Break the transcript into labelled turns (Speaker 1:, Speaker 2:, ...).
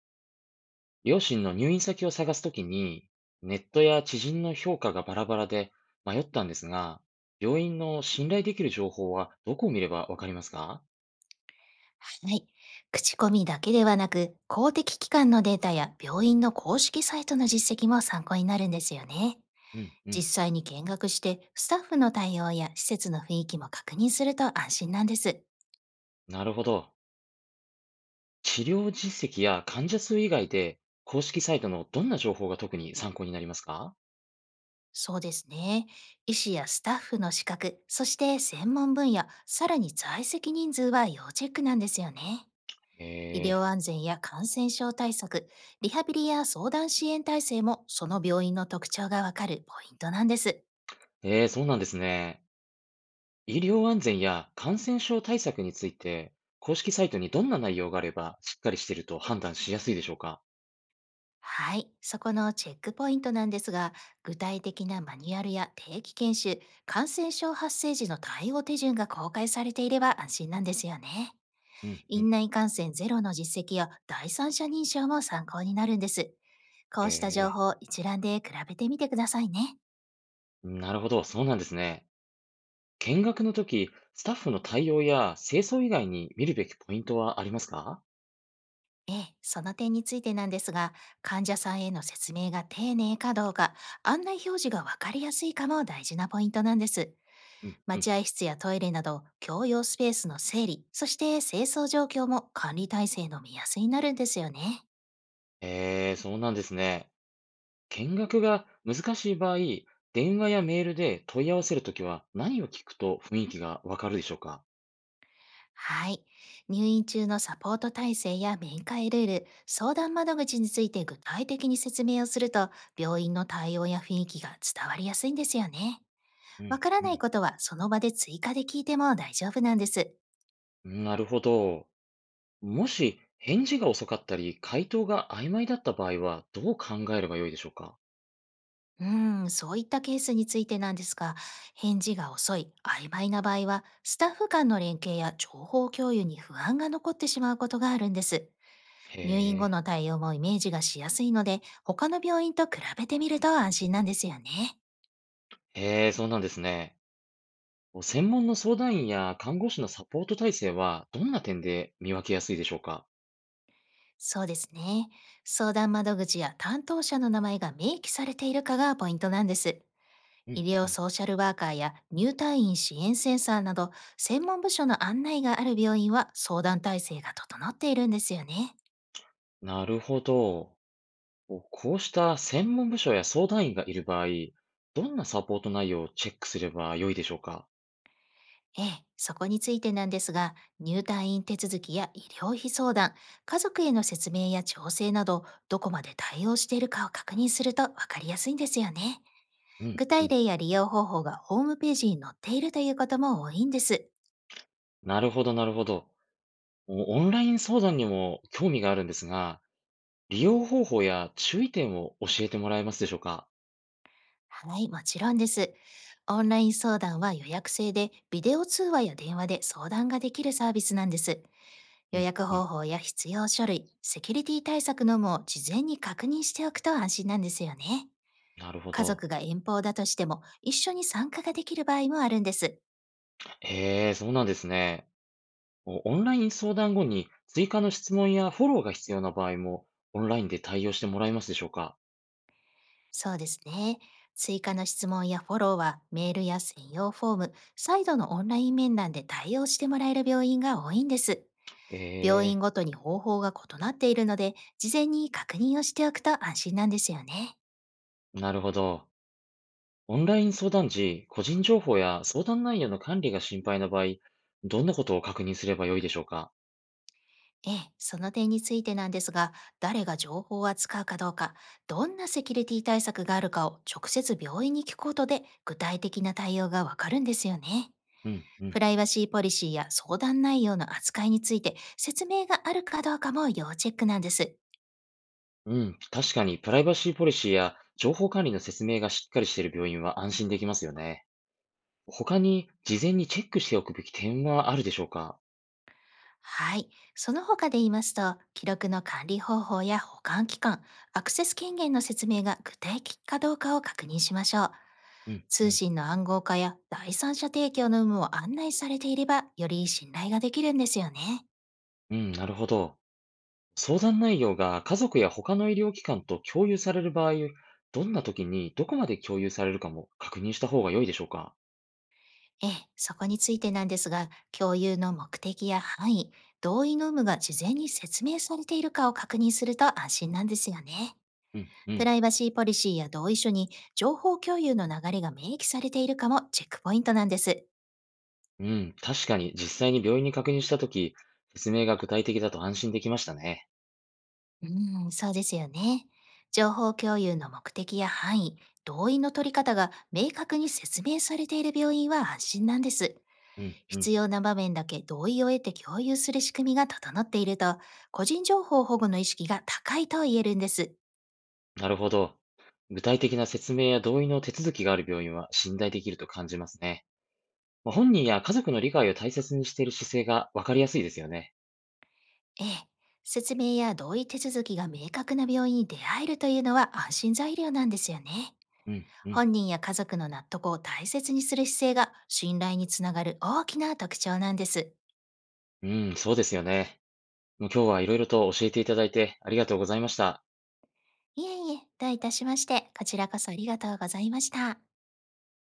Speaker 1: 両親の入院先を探すときに、ネットや知人の評価がバラバラで迷ったんですが、病院の信頼できる情報はどこを見ればわかりますか？
Speaker 2: はい。口コミだけではなく、公的機関のデータや病院の公式サイトの実績も参考になるんですよね。
Speaker 1: うん、う
Speaker 2: 実
Speaker 1: ん。
Speaker 2: 際に見学して、スタッフの対応や施設の雰囲気も確認すると安心なんです。
Speaker 1: なるほど。治療実績や患者数以外で、公式サイトのどんな情報が特に参考になりますか？
Speaker 2: そうですね。医師やスタッフの資格、そして専門分野、さらに在籍人数は要チェックなんですよね。
Speaker 1: へ
Speaker 2: 医療
Speaker 1: え、
Speaker 2: 安全や感染症対策、リハビリや相談支援体制もその病院の特徴がわかるポイントなんです。
Speaker 1: そうなんですね。医療安全や感染症対策について、公式サイトにどんな内容があればしっかりしていると判断しやすいでしょうか？
Speaker 2: はい、そこのチェックポイントなんですが、具体的なマニュアルや定期研修、感染症発生時の対応手順が公開されていれば安心なんですよね。
Speaker 1: うん、うん。
Speaker 2: 院内感染ゼロの実績や第三者認証も参考になるんです。こうした情
Speaker 1: え
Speaker 2: 報
Speaker 1: ー
Speaker 2: を一覧で比べてみてくださいね。
Speaker 1: なるほど、そうなんですね。見学の時、スタッフの対応や清掃以外に見るべきポイントはありますか？
Speaker 2: ええ、その点についてなんですが、患者さんへの説明が丁寧かどうか、案内表示がわかりやすいかも大事なポイントなんです。
Speaker 1: うんうん。
Speaker 2: 待合室やトイレなど、共用スペースの整理、そして清掃状況も管理体制の目安になるんですよね。
Speaker 1: えー、そうなんですね。見学が難しい場合、電話やメールで問い合わせるときは何を聞くと雰囲気がわかるでしょうか？
Speaker 2: はい。入院中のサポート体制や面会ルール、相談窓口について具体的に説明をすると、病院の対応や雰囲気が伝わりやすいんですよね。
Speaker 1: う
Speaker 2: わ
Speaker 1: ん
Speaker 2: から
Speaker 1: う
Speaker 2: ない
Speaker 1: ん。
Speaker 2: ことはその場で追加で聞いても大丈夫なんです。
Speaker 1: なるほど。もし返事が遅かったり、回答が曖昧だった場合はどう考えればよいでしょうか？
Speaker 2: うん、そういったケースについてなんですが、返事が遅い、曖昧な場合は、スタッフ間の連携や情報共有に不安が残ってしまうことがあるんです。
Speaker 1: へ
Speaker 2: 入院後
Speaker 1: え、
Speaker 2: の対応もイメージがしやすいので、他の病院と比べてみると安心なんですよね。
Speaker 1: へえ、そうなんですね。専門の相談員や看護師のサポート体制はどんな点で見分けやすいでしょうか？
Speaker 2: そうですね。相談窓口や担当者の名前が明記されているかがポイントなんです。
Speaker 1: う
Speaker 2: 医
Speaker 1: んう
Speaker 2: 療
Speaker 1: ん。
Speaker 2: ソーシャルワーカーや入退院支援センサーなど、専門部署の案内がある病院は相談体制が整っているんですよね。
Speaker 1: なるほど。こうした専門部署や相談員がいる場合、どんなサポート内容をチェックすれば良いでしょうか？
Speaker 2: ええ、そこについてなんですが、入退院手続きや医療費相談、家族への説明や調整など、どこまで対応しているかを確認すると分かりやすいんですよね。
Speaker 1: うん。
Speaker 2: 具
Speaker 1: う
Speaker 2: 体
Speaker 1: ん。
Speaker 2: 例や利用方法がホームページに載っているということも多いんです。
Speaker 1: なるほど、なるほど。オンライン相談にも興味があるんですが、利用方法や注意点を教えてもらえますでしょうか？
Speaker 2: はい、もちろんです。オンライン相談は予約制で、ビデオ通話や電話で相談ができるサービスなんです。
Speaker 1: う
Speaker 2: 予
Speaker 1: ん。
Speaker 2: 約
Speaker 1: う
Speaker 2: 方
Speaker 1: ん。
Speaker 2: 法や必要書類、セキュリティ対策のも事前に確認しておくと安心なんですよね。
Speaker 1: なるほ
Speaker 2: 家
Speaker 1: ど。
Speaker 2: 族が遠方だとしても、一緒に参加ができる場合もあるんです。
Speaker 1: へえ、そうなんですね。オンライン相談後に追加の質問やフォローが必要な場合もオンラインで対応してもらえますでしょうか？
Speaker 2: そうですね。追加の質問やフォローは、メールや専用フォーム、再度のオンライン面談で対応してもらえる病院が多いんです。病
Speaker 1: え
Speaker 2: 院
Speaker 1: え、
Speaker 2: ごとに方法が異なっているので、事前に確認をしておくと安心なんですよね。
Speaker 1: なるほど。オンライン相談時、個人情報や相談内容の管理が心配な場合、どんなことを確認すればよいでしょうか？
Speaker 2: ええ、その点についてなんですが、誰が情報を扱うかどうか、どんなセキュリティ対策があるかを直接病院に聞くことで具体的な対応がわかるんですよね。
Speaker 1: うん、うん。
Speaker 2: プライバシーポリシーや相談内容の扱いについて説明があるかどうかも要チェックなんです。
Speaker 1: うん、確かにプライバシーポリシーや情報管理の説明がしっかりしている病院は安心できますよね。他に事前にチェックしておくべき点はあるでしょうか？
Speaker 2: はい。その他で言いますと、記録の管理方法や保管期間、アクセス権限の説明が具体的かどうかを確認しましょう。
Speaker 1: うん、う
Speaker 2: 通
Speaker 1: ん。
Speaker 2: 信の暗号化や第三者提供の有無を案内されていれば、より信頼ができるんですよね。
Speaker 1: うん、なるほど。相談内容が家族や他の医療機関と共有される場合、どんな時にどこまで共有されるかも確認した方が良いでしょうか？
Speaker 2: ええ、そこについてなんですが、共有の目的や範囲、同意の有無が事前に説明されているかを確認すると安心なんですよね。
Speaker 1: うん、う
Speaker 2: プ
Speaker 1: ん、
Speaker 2: ライバシーポリシーや同意書に情報共有の流れが明記されているかもチェックポイントなんです。
Speaker 1: うん。確かに実際に病院に確認した時、説明が具体的だと安心できましたね。
Speaker 2: うん、そうですよね。情報共有の目的や範囲、同意の取り方が明確に説明されている病院は安心なんです。
Speaker 1: うん、う
Speaker 2: 必
Speaker 1: ん。
Speaker 2: 要な場面だけ同意を得て共有する仕組みが整っていると、個人情報保護の意識が高いと言えるんです。
Speaker 1: なるほど。具体的な説明や同意の手続きがある病院は信頼できると感じますね。まあ本人や家族の理解を大切にしている姿勢が分かりやすいですよね。
Speaker 2: ええ。説明や同意手続きが明確な病院に出会えるというのは安心材料なんですよね。
Speaker 1: うん、うん、
Speaker 2: 本人や家族の納得を大切にする姿勢が信頼につながる大きな特徴なんです。
Speaker 1: うん、そうですよね。もう今日はいろいろと教えていただいてありがとうございました。
Speaker 2: いえいえ、どういたしまして、こちらこそありがとうございました。